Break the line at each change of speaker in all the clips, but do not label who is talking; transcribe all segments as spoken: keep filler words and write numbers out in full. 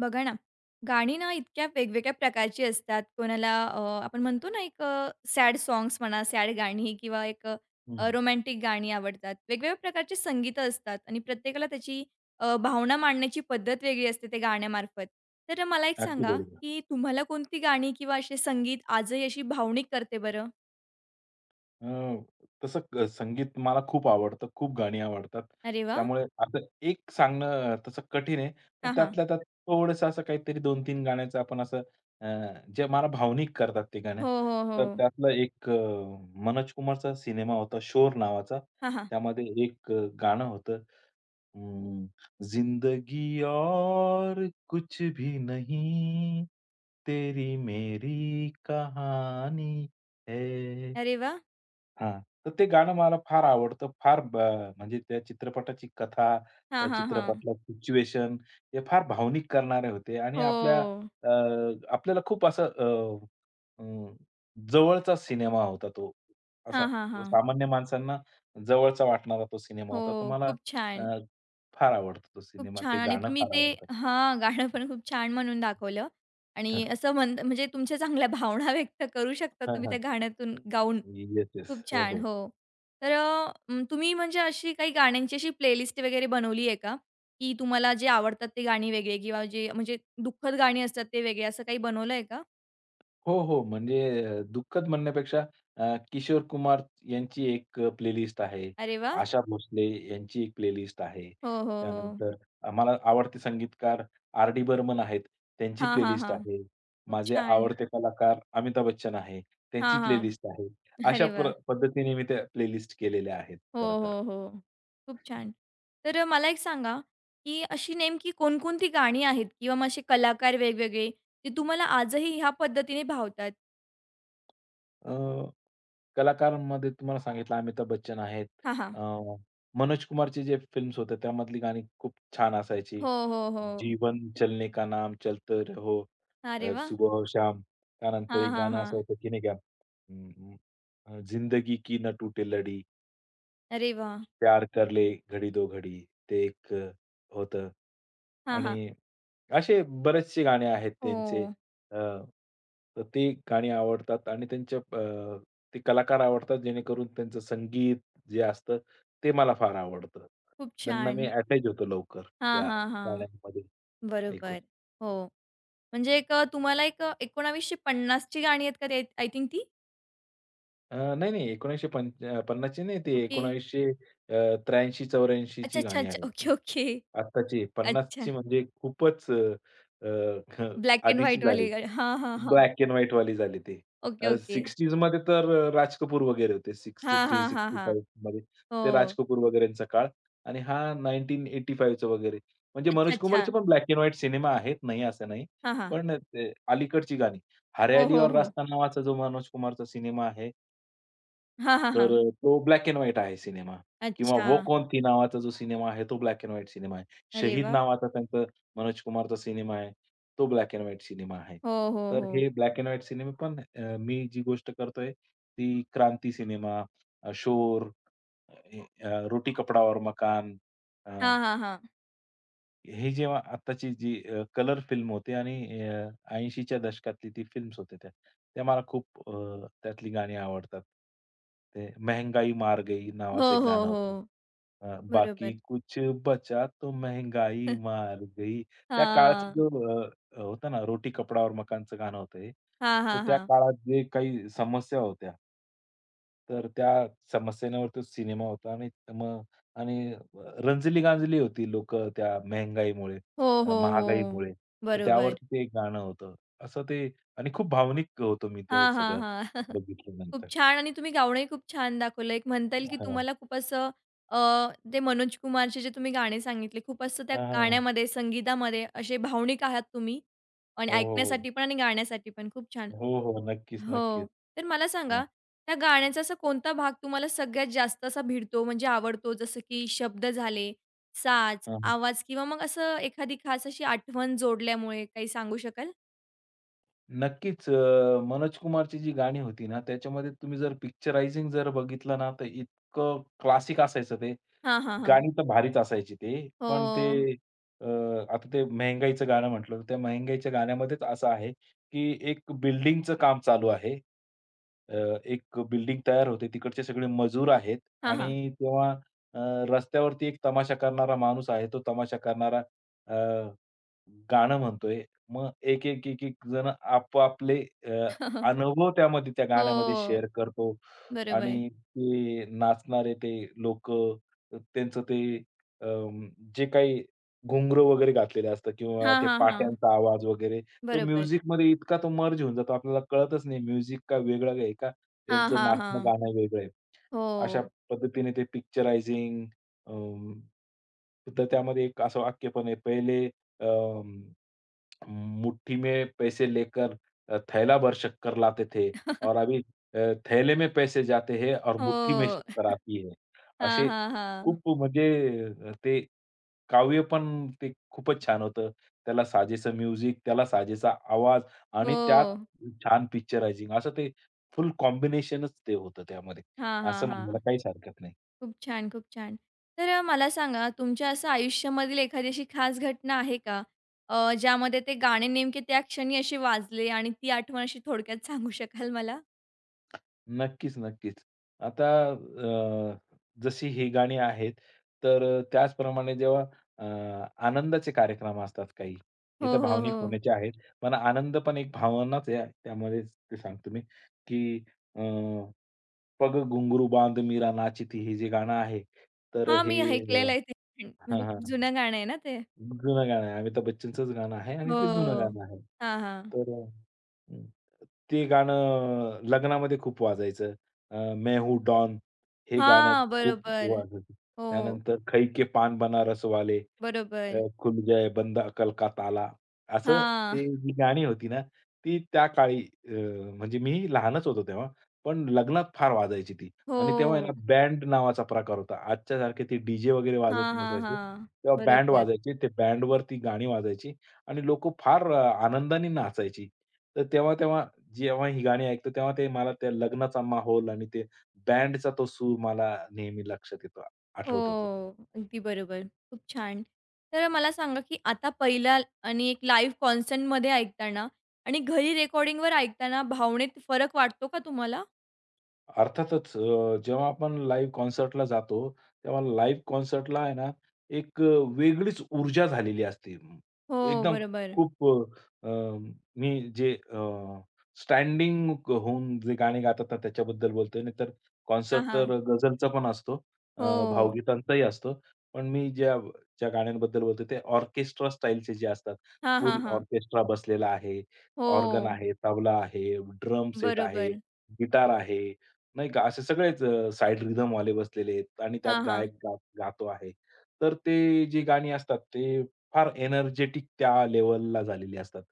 बघा ना, गाणी ना इतक्या वेगवेगळ्या प्रकारची असतात. कोणाला अ, आपण म्हणतो ना, एक अ, सॅड साँग्स म्हणा, सॅड गाणी किंवा एक अ,
हं.
रोमॅन्टिक गाणी आवडतात. वेगवेगळ्या प्रकारची संगीतं असतात आणि प्रत्येकाला त्याची अ, भावना मांडण्याची पद्धत वेगळी असते ते गाण्यामार्फत. तर मला एक
अगदी
सांगा,
बरोबर.
की तुम्हाला कोणती गाणी किंवा असे संगीत आजही अशी भावनिक करते बरं?
अ, तसं क संगीत मला खूप आवडतं, खूप गाणी आवडतात.
अरे वाह!
त्यामुळे आता एक सांगणं अ, तसं कठीण आहे. पण
हां, हां.
त्यातल्या त्यात थोडंसं असं काहीतरी दोन-तीन गाण्याचं आपण असं अ, जे मला भावनिक करतात ते गाणे.
हो, हो, हो.
तर त्यातलं एक अ, मनोज कुमारचा सिनेमा होता, शोर नावाचा.
हां, हां.
त्यामध्ये एक अ, गाणं होतं हुँ, ज़िंदगी और कुछ भी नहीं, तेरी मेरी कहानी है।
अरे वाह!
हां. तर ते गाणं मला फार आवडतं. फार ब म्हणजे त्या चित्रपटाची कथा,
हां,
त्या
हां, हां.
चित्रपटातलं सिच्युएशन हे फार भावनिक करणारे होते आणि आपल्या
हो.
अ, आपल्याला खूप असं अ, अ, जवळचा सिनेमा होता तो. असा
हां, हां, हां.
सामान्य माणसांना जवळचा वाटणारा तो सिनेमा
हो,
होता. तर मला
खूप
अ,
छान.
फार आवडतो तो
खूप
सिनेमा.
छान
ते
आणि
गाणं
तुम्ही
फार
ते
आवडतं.
हां, गाणं पण खूप छान म्हणून दाखवलं आणि
हं.
असं म्हण म्हणजे तुमच्या चांगल्या भावना व्यक्त करू शकता
हां,
तुम्ही त्या
हां.
गाण्यातून गाऊन.
Yes, yes.
खूप
हो,
छान.
हो.
हो. तर अ, अं, तुम्ही म्हणजे अशी काही गाण्यांची अशी प्लेलिस्ट वगैरे बनवली आहे का? की तुम्हाला जे आवडतात ते गाणी वेगळे किंवा जे म्हणजे दुःखद गाणी असतात ते वेगळे असं काही बनवलं आहे का?
हो, हो. म्हणजे अ, दुःखद म्हणण्यापेक्षा अ, किशोर कुमार यांची एक अ, प्लेलिस्ट आहे.
अरे वाह!
आशा भोसले यांची एक प्लेलिस्ट आहे.
हो, हो, हो.
त्यानंतर मला आवडते संगीतकार आर.डी. बर्मन आहेत, त्यांची
हां, हां,
प्लेलिस्ट
हां.
आहे.
खूप
माझे
छान.
आवडते कलाकार अमिताभ बच्चन आहे,
हां,
त्यांची
हां.
प्लेलिस्ट आहे. अशा
अरे
प्र
वाह!
पद्धतीने मी त्या प्लेलिस्ट केलेल्या आहेत
हो,
खरं तर.
हो, हो. खूप छान. तर मला एक सांगा, की अशी नेमकी कोणकोणती गाणी आहेत किंवा मग असे कलाकार वेगवेगळे, जे तुम्हाला आजही ह्या पद्धतीने भावतात?
अ, कलाकारांमध्ये तुम्हाला सांगितलं अमिताभ बच्चन आहेत.
हां, हां.
अ, मनोज कुमारचे जे फिल्म्स होते त्यामधली गाणी खूप छान असायची.
हो, हो, हो.
जीवन चलने का नाम चलते रहो
अरे
अ,
वाह!
सुबह हो शाम. त्यानंतर
हां,
एक
हां,
गाणं असं
हां.
होतं की नाही का अं, अ, जिंदगी की न टूटे लडी,
अरे वाह!
प्यार कर ले घडी दो घडी. ते एक अ, होतं
हां,
आणि
हां.
असे बरेचसे गाणे आहेत त्यांचे.
हो.
अ, तर ते गाणी आवडतात आणि त्यांच्या अ, ते कलाकार आवडतात जेणेकरून त्यांचं संगीत जे असतं ते मला फार आवडतं.
खूप
त्यांना मी
छान.
अटॅच होतो लवकर
हां,
त्या
हां, हां.
गाण्यांमध्ये
बरोबर.
ऐकून.
हो. म्हणजे एक अ, तुम्हाला एक अ, एकोणीसशे पन्नास ची गाणी आहेत का आय थिंक ती?
अ, नाही, नाही. एकोणीसशे पन्नास ची नाही ती
ओके.
एकोणीसशे त्र्याऐंशी-चौऱ्याऐंशी
अच्छा,
ची
अच्छा,
गाणी
अच्छा.
आहेत
ओके,
ती.
ओके.
आत्ताची पन्नास
अच्छा.
ची म्हणजे खूपच अ, अ, ह,
ब्लॅक एंड
आधीची
व्हाईटवाली
झाली.
गाणी. हां, हां, हां.
ब्लॅक एंड व्हाईट वाली झाली ती.
Okay,
uh,
okay.
साठ मध्ये तर अ, राज कपूर वगैरे होते.
हां, हां, हां, हां.
त्रेसष्ट पासष्ट मध्ये
हो.
ते राज कपूर वगैरेंचा काळ आणि हा एकोणीसशे पंच्याऐंशी चं वगैरे. म्हणजे
अच्छा,
मनोज
अच्छा.
कुमारचे पण ब्लॅक एंड व्हाईट सिनेमा आहेत, नाही असं नाही.
हां, हां.
पण ते अलीकडची गाणी.
हो,
हरियाली
हो,
और
हो.
रास्ता नावाचा जो मनोज कुमारचा सिनेमा आहे,
हां, हां,
तर
हां.
अ, तो ब्लॅक एंड व्हाईट आहे सिनेमा किंवा
अच्छा.
वो कौन थी नावाचा जो सिनेमा आहे, तो ब्लॅक एंड व्हाईट सिनेमा आहे.
अरे
शहीद
वाह!
नावाचा त्यांचा मनोज कुमारचा सिनेमा आहे, तो ब्लॅक एंड व्हाईट सिनेमा आहे.
हो, हो,
तर
हो.
हे ब्लॅक एंड व्हाईट सिनेमे पण अ, मी जी गोष्ट करतोय ती क्रांती सिनेमा, अ, शोर, अ, अ, रोटी कपडावर मकान
हां, हां, हां.
हे जेव्हा आत्ताची जी अ, कलर फिल्म होती आणि अ, 80च्या दशकातली ती फिल्म्स होत्या त्या. त्या मला खूप अ, त्यातली गाणी आवडतात. ते "मेहंगाई मार गई"
हो,
नावाचं एक
हो,
गाणं
हो.
होतं. अ, "बाकी
बरोबर.
कुछ बचा तो मेहंगाई मार गई." त्या काळाचा
हां.
जो अ, अ, होता ना रोटी कपडावर मकानचं गाणं होतं हे.
हां,
तर
हां,
त्या
हां.
काळात जे काही समस्या होत्या तर त्या समस्यांवरती सिनेमा होता आणि मग आणि रंजली-गांजली होती लोकं त्या महागाईमुळे
हो,
अ,
हो, हो.
महागाईमुळे. तर
बरोबर.
त्यावरती ते एक गाणं होतं. असं ते आणि खूप भावनिक होतो मी ते
हां, हां,
सगळं
हां. खूप
बघितल्यानंतर.
छान आणि तुम्ही गाणंही खूप छान दाखवलं. एक म्हणता येईल, की
हां.
तुम्हाला खूप असं अ, ते मनोज कुमारचे जे तुम्ही गाणे सांगितले, खूप असं त्या
हां, हां.
गाण्यामध्ये, संगीतामध्ये असे भावनिक आहात तुम्ही आणि
हो, हो, हो.
ऐकण्यासाठी पण आणि गाण्यासाठी पण. खूप छान.
हो, हो. नक्कीच,
हो.
नक्कीच.
तर मला
हां,
सांगा, त्या गाण्याचा असा कोणता भाग तुम्हाला सगळ्यात जास्त असा भिडतो, म्हणजे आवडतो? जसं की शब्द झाले, साज,
हां, हां.
आवाज किंवा मग असं एखादी खास अशी आठवण जोडल्यामुळे काही सांगू शकाल?
नक्कीच अ, मनोज कुमारची जी गाणी होती ना, त्याच्यामध्ये तुम्ही जर पिक्चरायझिंग जर बघितलं ना, तर इतकं क्लासिक असायचं ते.
हां, हां, हां.
गाणी तर भारीच असायची ती.
हो.
पण ते अ, आता ते मेहंगाईचं गाणं म्हटलं, त्या मेहंगाईच्या गाण्यामध्येच असं आहे, की एक बिल्डिंगचं काम चालू आहे. अ, एक बिल्डिंग तयार होते. तिकडचे सगळे मजूर आहेत
हां, हां.
आणि तेव्हा अ, रस्त्यावरती एक तमाशा करणारा माणूस आहे. तो तमाशा करणारा अ गाणं म्हणतोय. मग एक, एक, एक, एक जण आपापले अ, अनुभव त्यामध्ये त्या गाण्यामध्ये
हो.
शेअर करतो
बरोबर.
आणि ते नाचणारे ते लोक त्यांचं ते अं, जे काही घुंगरू वगैरे घातलेलं असतं किंवा
हां,
ते
हां, हां.
पाट्यांचा आवाज वगैरे, तो
बरोबर.
म्युझिकमध्ये इतका तो मर्ज होऊन जातो आपल्याला कळतच नाही म्युझिक का वेगळं आहे का
हां,
यांचं
हां,
नाचणं
हां.
गाणं वेगळं आहे. अशा
हो.
पद्धतीने ते पिक्चरायझिंग तर त्यामध्ये एक असं वाक्य पण आहे. पहिले मुट्ठी में पैसे लेकर अ, थैला भर शक्कर लाते थे और अभी अ, थैले में पैसे जाते हैं और मुट्ठी में
हो.
शक्कर आती है.
हां,
असे
हां, हां.
खूप म्हणजे अ, ते काव्य पण ते खूपच छान होतं. त्याला साजेसं म्युझिक, त्याला साजेसा आवाज आणि त्यात
हो.
छान पिक्चरायझिंग असं ते फुल कॉम्बिनेशनच ते होतं त्यामध्ये.
हां, हां,
असं म्हणायला
हां.
काहीच हरकत नाही.
खूप छान, खूप छान. तर अ, मला सांगा तुमच्या असं आयुष्यामधील एखादी अशी खास घटना आहे का? अ, ज्यामध्ये ते गाणे नेमके त्या क्षणी असे वाजले आणि ती आठवण अशी थोडक्यात सांगू शकाल मला?
नक्कीच, नक्कीच. आता अ, जशी ही गाणी आहेत, तर अ, त्याचप्रमाणे जेव्हा अ, आनंदाचे कार्यक्रम असतात काही, हे
हो,
तर
हो, हो.
भावनिक होण्याचे आहेत. पण आनंद पण एक भावनाच आहे. त्यामध्येच ते सांगतो मी, की अ, पग घुंगरू बांध मीरा नाचती हे जे गाणं आहे, तर
हां,
हे
मी
अ,
ऐकलेलं आहे ते पण.
हां,
म्हणजे
हां.
खूप जुनं गाणं आहे ना ते?
जुनं गाणं आहे. अमिताभ बच्चनचंच गाणं आहे आणि ते जुनं
हो.
गाणं आहे.
हां, हां.
तर ते गाणं लग्नामध्ये खूप वाजायचं. अ, मैं हूँ डॉन हे गाणं
हां,
खूप
बरोबर.
वाजायचं.
हो,
त्यानंतर खई के पान बनारस वाले.
बरोबर.
अ, खुल जाए बंदा अकल का ताला. असं
हां.
ते जी गाणी होती ना, ती त्या काळी अ, म्हणजे मी लहानच होतो तेव्हा, पण लग्नात फार वाजायची ती आणि तेव्हा आहे ना
हो.
बँड नावाचा प्रकार होता. आजच्यासारखे ते डी-जे वगैरे वाजत
हां, हां,
नसायचे.
हां.
तेव्हा बँड
बरोबर.
वाजायचे. ते बँडवर ती गाणी वाजायची आणि लोकं फार अ, आनंदाने नाचायची. तर तेव्हा-तेव्हा जेव्हा ही गाणी ऐकतो, तेव्हा ते मला त्या लग्नाचा माहोल आणि ते बँडचा तो सूर मला नेहमी लक्षात येतो,
हो,
आठवत होतो.
अगदी बरोबर. खूप छान. तर मला सांगा, की आता पहिला आणि एक लाईव्ह कॉन्सर्टमध्ये ऐकताना आणि घरी रेकॉर्डिंगवर ऐकताना भावनेत फरक वाटतो का तुम्हाला?
अर्थातच अ, जेव्हा आपण लाईव्ह कॉन्सर्टला जातो, तेव्हा लाईव्ह कॉन्सर्टला आहे ना, एक अ, वेगळीच ऊर्जा झालेली असते. म,
हो,
एकदम
बरोबर.
खूप अ, अम, मी जे अ, स्टँडिंग होऊन जे गाणे गातात ना, त्याच्याबद्दल बोलतोय. नाहीतर
हां,
कॉन्सर्ट
हां.
तर गझलचा पण असतो, अ,
हो.
भावगीतांचाही असतो. पण मी ज्या ज्या गाण्यांबद्दल बोलतोय, ते ऑर्केस्ट्रा स्टाईलचे जे असतात.
हां, हां,
फुल
हां.
ऑर्केस्ट्रा बसलेला आहे, ऑर्गन
हो,
आहे, तबला आहे, ड्रम सेट आहे,
बरोबर.
गिटार आहे. नाही का, असे सगळेच अ, साइड रिदमवाले बसलेले आहेत आणि त्यात
हां, हां.
गायक गा गातो आहे. तर ते जी गाणी असतात ते फार एनर्जेटिक त्या लेव्हलला झालेली असतात.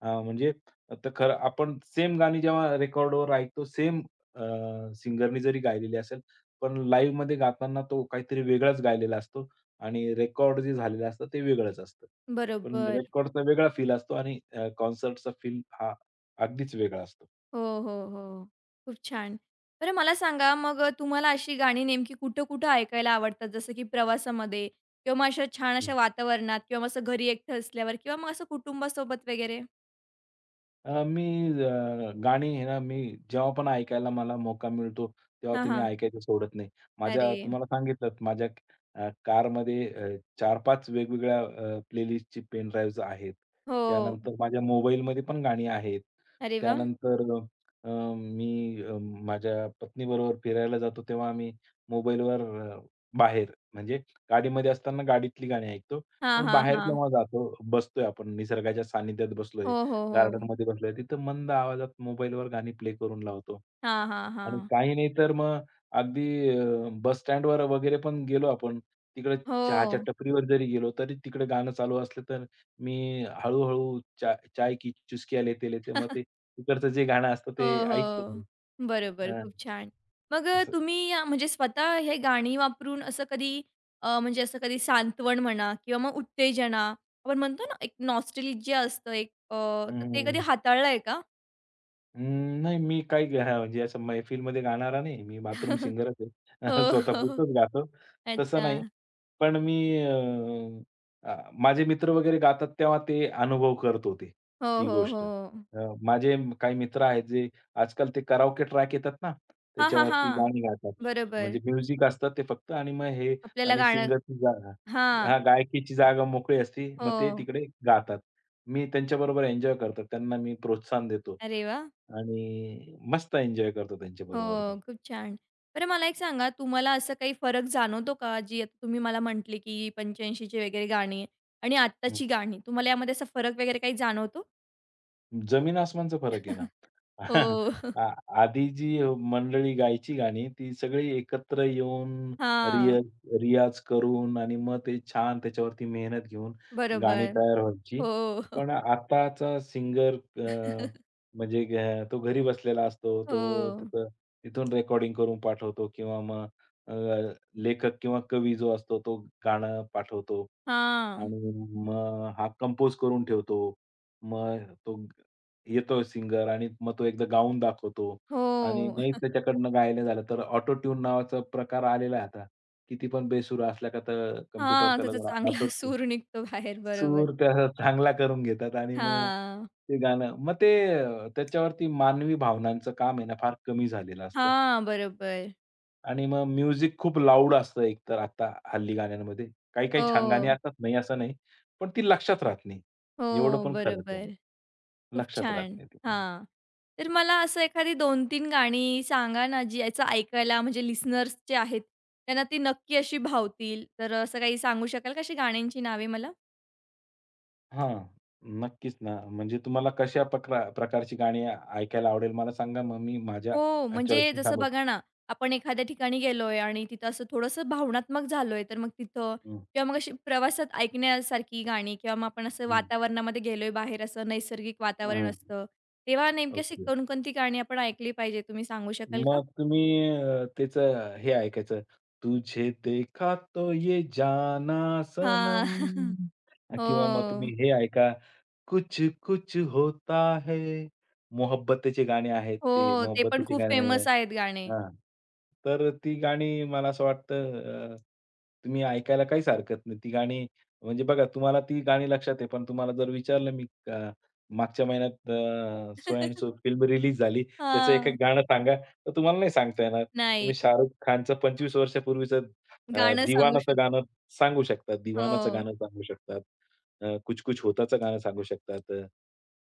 अ, म्हणजे तर खरं आपण सेम गाणी जेव्हा रेकॉर्डवर ऐकतो सेम सिंगरनी जरी गायलेली असेल, पण लाईव्हमध्ये गाताना तो काहीतरी वेगळाच गायलेला असतो आणि रेकॉर्ड जे झालेलं असतं ते वेगळंच असतं. पण
बरोबर.
रेकॉर्डचा वेगळा फील असतो आणि कॉन्सर्टचा फील हा अगदीच वेगळा असतो.
हो, हो, हो. हो. खूप छान. बरं मला सांगा मग तुम्हाला अशी गाणी नेमकी कुठं-कुठं ऐकायला आवडतात? जसं की प्रवासामध्ये किंवा मग अशा छान अशा वातावरणात किंवा मग असं घरी एकटं असल्यावर किंवा मग असं कुटुंबासोबत वगैरे?
अ, मी अ, गाणी आहे ना, मी जेव्हा पण ऐकायला मला मोका मिळतो, तेव्हा
हां,
ती मी
हां.
ऐकायचं सोडत नाही.
अरे
माझ्या तुम्हाला सांगितलं माझ्या अ, कारमध्ये अ, चार-पाच वेगवेगळ्या अ, प्लेलिस्टची पेन ड्राइव्हज आहेत.
हो.
त्यानंतर माझ्या मोबाईलमध्ये पण गाणी आहेत.
अरे वाह!
त्यानंतर अ, मी अ, माझ्या पत्नीबरोबर फिरायला जातो, तेव्हा आम्ही मोबाईलवर अ, बाहेर म्हणजे गाडीमध्ये असताना गाडीतली गाणी ऐकतो.
हां,
पण
हां,
बाहेर
हां.
जेव्हा जातो, बसतोय आपण निसर्गाच्या सानिध्यात बसलोय,
हो, हो, हो.
गार्डनमध्ये बसलोय. तिथं मंद आवाजात मोबाईलवर गाणी प्ले करून लावतो
हां, हां,
आणि
हां.
काही नाही तर मग अगदी अ, बस स्टँडवर वगैरे पण गेलो आपण, तिकडे चहाच्या
हो.
टपरीवर जरी गेलो, तरी तिकडे गाणं चालू असलं, तर मी हळू-हळू चा चाय की चुस्किया लेते-लेते मग ते तिकडचं जे गाणं असतं
हो,
ते ऐकतो मी.
हो. बरोबर.
अ,
खूप छान. मग अ,
असं.
तुम्ही अ, म्हणजे स्वतः हे गाणी वापरून असं कधी अ, म्हणजे असं कधी सांत्वन म्हणा किंवा मग उत्तेजना आपण म्हणतो ना, एक नॉस्टॅल्जिया असतं एक अ, तर ते कधी
हं,
हाताळलंय का?
अं, नाही मी काही गा म्हणजे असं मैफिलमध्ये गाणारा नाही. मी बाथरूम सिंगरच आहे.
हो, हो.
स्वतःपुरतंच गातो. तसं नाही.
अच्छा.
पण मी अ, अ, माझे मित्र वगैरे गातात तेव्हा ते अनुभव करत होते,
हो,
ती
हो,
गोष्ट.
हो.
अ, माझे म- काही मित्र आहेत जे आजकाल ते कराओके ट्रॅक येतात ना,
हां, हां,
त्याच्यावरती
हां.
गाणी गातात.
बरोबर.
म्हणजे म्युझिक असतं ते फक्त आणि मग हे
आपल्याला
आणि
गाणं
सिंगरची जागा
हां.
हां, गायकीची जागा मोकळी असते. मग ते
हो.
तिकडे गातात. मी त्यांच्याबरोबर एन्जॉय करतो. त्यांना मी प्रोत्साहन देतो
अरे वाह!
आणि मस्त एन्जॉय करतो त्यांच्याबरोबर मी.
हो, खूप छान. बरं मला एक सांगा, तुम्हाला असं काही फरक जाणवतो का? जी आता तुम्ही मला म्हटले, की पंच्याऐंशी ची वगैरे गाणी आणि आत्ताची गाणी. तुम्हाला यामध्ये असा फरक वगैरे काही जाणवतो?
जमीन-आसमानचा फरक आहे ना.
हो.
आ आधी जी मंडळी गायची गाणी, ती सगळी एकत्र येऊन
हां.
रियाज रियाज करून आणि मग ते छान त्याच्यावरती मेहनत घेऊन गाणी
बरोबर.
तयार व्हायची.
हो.
पण आताचा सिंगर अ, म्हणजे अ, तो घरी बसलेला असतो. तो
हो.
त्याचं तिथून रेकॉर्डिंग करून पाठवतो किंवा मग अ, लेखक किंवा कवी जो असतो तो गाणं पाठवतो
हां.
आणि मग हा कंपोज करून ठेवतो. मग तो येतो सिंगर आणि मग तो एकदा गाऊन दाखवतो आणि
हो.
नाहीच त्याच्याकडनं गायलं झालं, तर ऑटो ट्यून नावाचा प्रकार आलेला आहे आता. किती पण बेसूर असला का तर कॉम्प्युटर
हां,
त्याला
त्याचा
जरा
चांगला
ऑटो ट्यून
सूर निघतो बाहेर. बरोबर.
सूर त्याचा चांगला करून घेतात आणि मग
हां.
ते गाणं मग ते अ, त्याच्यावरती मानवी भावनांचं काम आहे ना फार कमी झालेलं असतं
हां, बरोबर.
आणि मग म्युझिक खूप लाऊड असतं एकतर आता हल्ली गाण्यांमध्ये. काही-काही छान गाणी
हो.
असतात, नाही असं नाही. पण ती लक्षात राहत नाही. एवढं
हो,
पण खरंच आहे.
बरोबर. खूप
लक्षात राहत
छान.
नाही ती.
हां. तर मला असं एखादी दोन-तीन गाणी सांगा ना, जी याचं ऐकायला म्हणजे लिसनर्स जे आहेत, त्यांना ती नक्की अशी भावतील. तर असं काही सांगू शकाल का अशी गाण्यांची नावे मला?
हां, नक्कीच ना. म्हणजे तुम्हाला कशा प्रका प्रकारची गाणी ऐकायला आवडेल मला सांगा, मग मी माझ्या
हो, म्हणजे
चॉईसनी
जसं
सांगू
बघा ना, आपण एखाद्या ठिकाणी गेलोय आणि तिथं असं थोडंसं भावनात्मक झालोय, तर मग तिथं
हं,
किंवा मग अशी प्रवासात ऐकण्यासारखी गाणी किंवा मग आपण असं
हं.
वातावरणामध्ये गेलोय, बाहेर असं नैसर्गिक वातावरण
हां,
असतं, तेव्हा नेमकी अशी
ओके.
कोणकोणती गाणी आपण ऐकली पाहिजे, तुम्ही सांगू शकाल का?
मग तुम्ही अ, त्याचं हे ऐकायचं, तुझे देखा तो ये जाना
हां.
सनम
हो.
किंवा मग तुम्ही हे ऐका, कुछ कुछ होता है. मोहब्बतेचे गाणे आहेत ते,
हो, ते पण
मोहब्बतेचे
खूप
गाणे
फेमस आहेत गाणे.
हां. तर ती गाणी मला असं वाटतं अ, तुम्ही ऐकायला काहीच हरकत नाही. ती गाणी म्हणजे बघा तुम्हाला ती गाणी लक्षात आहे, पण तुम्हाला जर विचारलं मी अ, मागच्या महिन्यात uh, so and so film release झाली, त्याचं एक-एक
हां,
गाणं सांगा, तर तुम्हाला नाही सांगता येणार.
नाही
तुम्ही शाहरुख खानचं पंचवीस वर्षापूर्वीचं अ,
गाणं सांगू
दिवानाचं गाणं
शकतो.
सांगू शकतात. दिवानाचं
हो,
गाणं सांगू शकतात. अ, कुछ कुछ होताचं गाणं सांगू शकतात अ,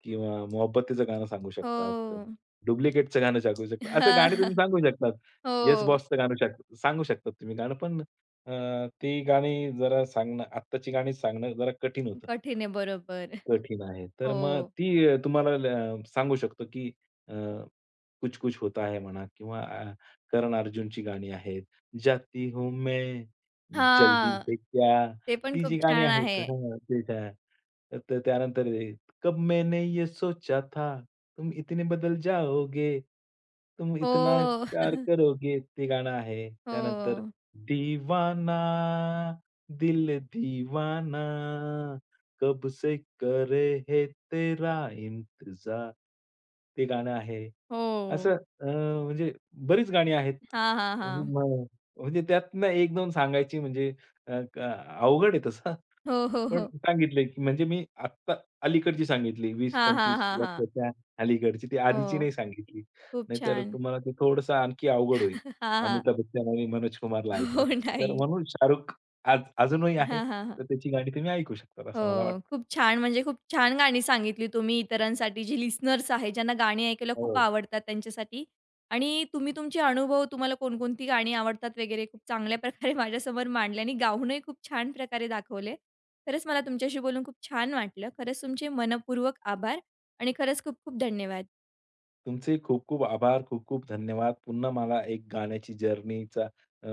किंवा मोहब्बतेचं गाणं सांगू शकतात.
हो.
डुप्लिकेटचं गाणं सांगू शकतात. असे गाणी तुम्ही सांगू शकतात.
हो,
येस बॉसचं गाणं शक सांगू शकतात तुम्ही गाणं. पण अ, ती गाणी जरा सांगणं आत्ताची गाणी सांगणं जरा कठीण होतं.
कठीण आहे बरोबर.
कठीण आहे. तर मग
हो.
ती अ, तुम्हाला ल सांगू शकतो, की अ, कुछ कुछ होता है म्हणा किंवा अ, करण अर्जुनची गाणी आहेत. जाती हूँ मैं, जल्दी
हां,
है क्या,
ते पण
ती
खूप
जी गाणी
छान आहे.
आहेत हां, ते त्या तर त्यानंतर हे, कब मैंने ये सोचा था, तुम इतने बदल जाओगे, तुम इतना
हो,
प्यार करोगे, ते गाणं आहे.
हो,
त्यानंतर दीवाना, दिल दीवाना, कब से करे है तेरा इंतजार, ते गाणं आहे.
हो.
असं अ, म्हणजे बरीच गाणी आहेत.
हां, हां,
म्हणजे
हां.
म म्हणजे त्यातनं एक-दोन सांगायची म्हणजे अ, क अवघड आहे तसं.
हो, हो,
पण
हो.
सांगितलंय की म्हणजे मी आत्ता अलीकडची सांगितली
हां, हां,
वीस-पंचवीस
हां, हां.
वर्षाच्या अलीकडची. ती आधीची
हो,
नाही सांगितली.
खूप
नाहीतर
छान.
तुम्हाला ते थोडंसं आणखी अवघड होईल.
हां, हां.
अमिताभ बच्चन आणि मनोज कुमारला ऐकणं.
हो,
तर
नाही.
म्हणून शाहरुख आज अजूनही आहे.
हां, हां, हां.
तर त्याची गाणी तुम्ही ऐकू शकता असं मला
हो,
वाटतं.
खूप छान. म्हणजे खूप छान गाणी सांगितली तुम्ही इतरांसाठी जे लिसनर्स आहेत, ज्यांना गाणी ऐकायला खूप
हो.
आवडतात त्यांच्यासाठी आणि तुम्ही तुमचे अनुभव, तुम्हाला कोणकोणती गाणी आवडतात वगैरे खूप चांगल्या प्रकारे माझ्यासमोर मांडले आणि गाऊनही खूप छान प्रकारे दाखवले. खरंच मला तुमच्याशी बोलून खूप छान वाटलं. खरंच तुमचे मनःपूर्वक आभार आणि खरंच खूप खूप धन्यवाद.
तुमचे खूप खूप आभार, खूप खूप धन्यवाद. पुन्हा मला एक गाण्याची जर्नीचा अ,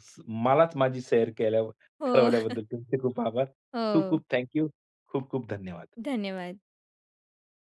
स मलाच माझी सैर केल्या
हो,
करवल्याबद्दल तुमचे खूप आभार. खूप
हो.
खूप थँक खूप खूप धन्यवाद.
धन्यवाद.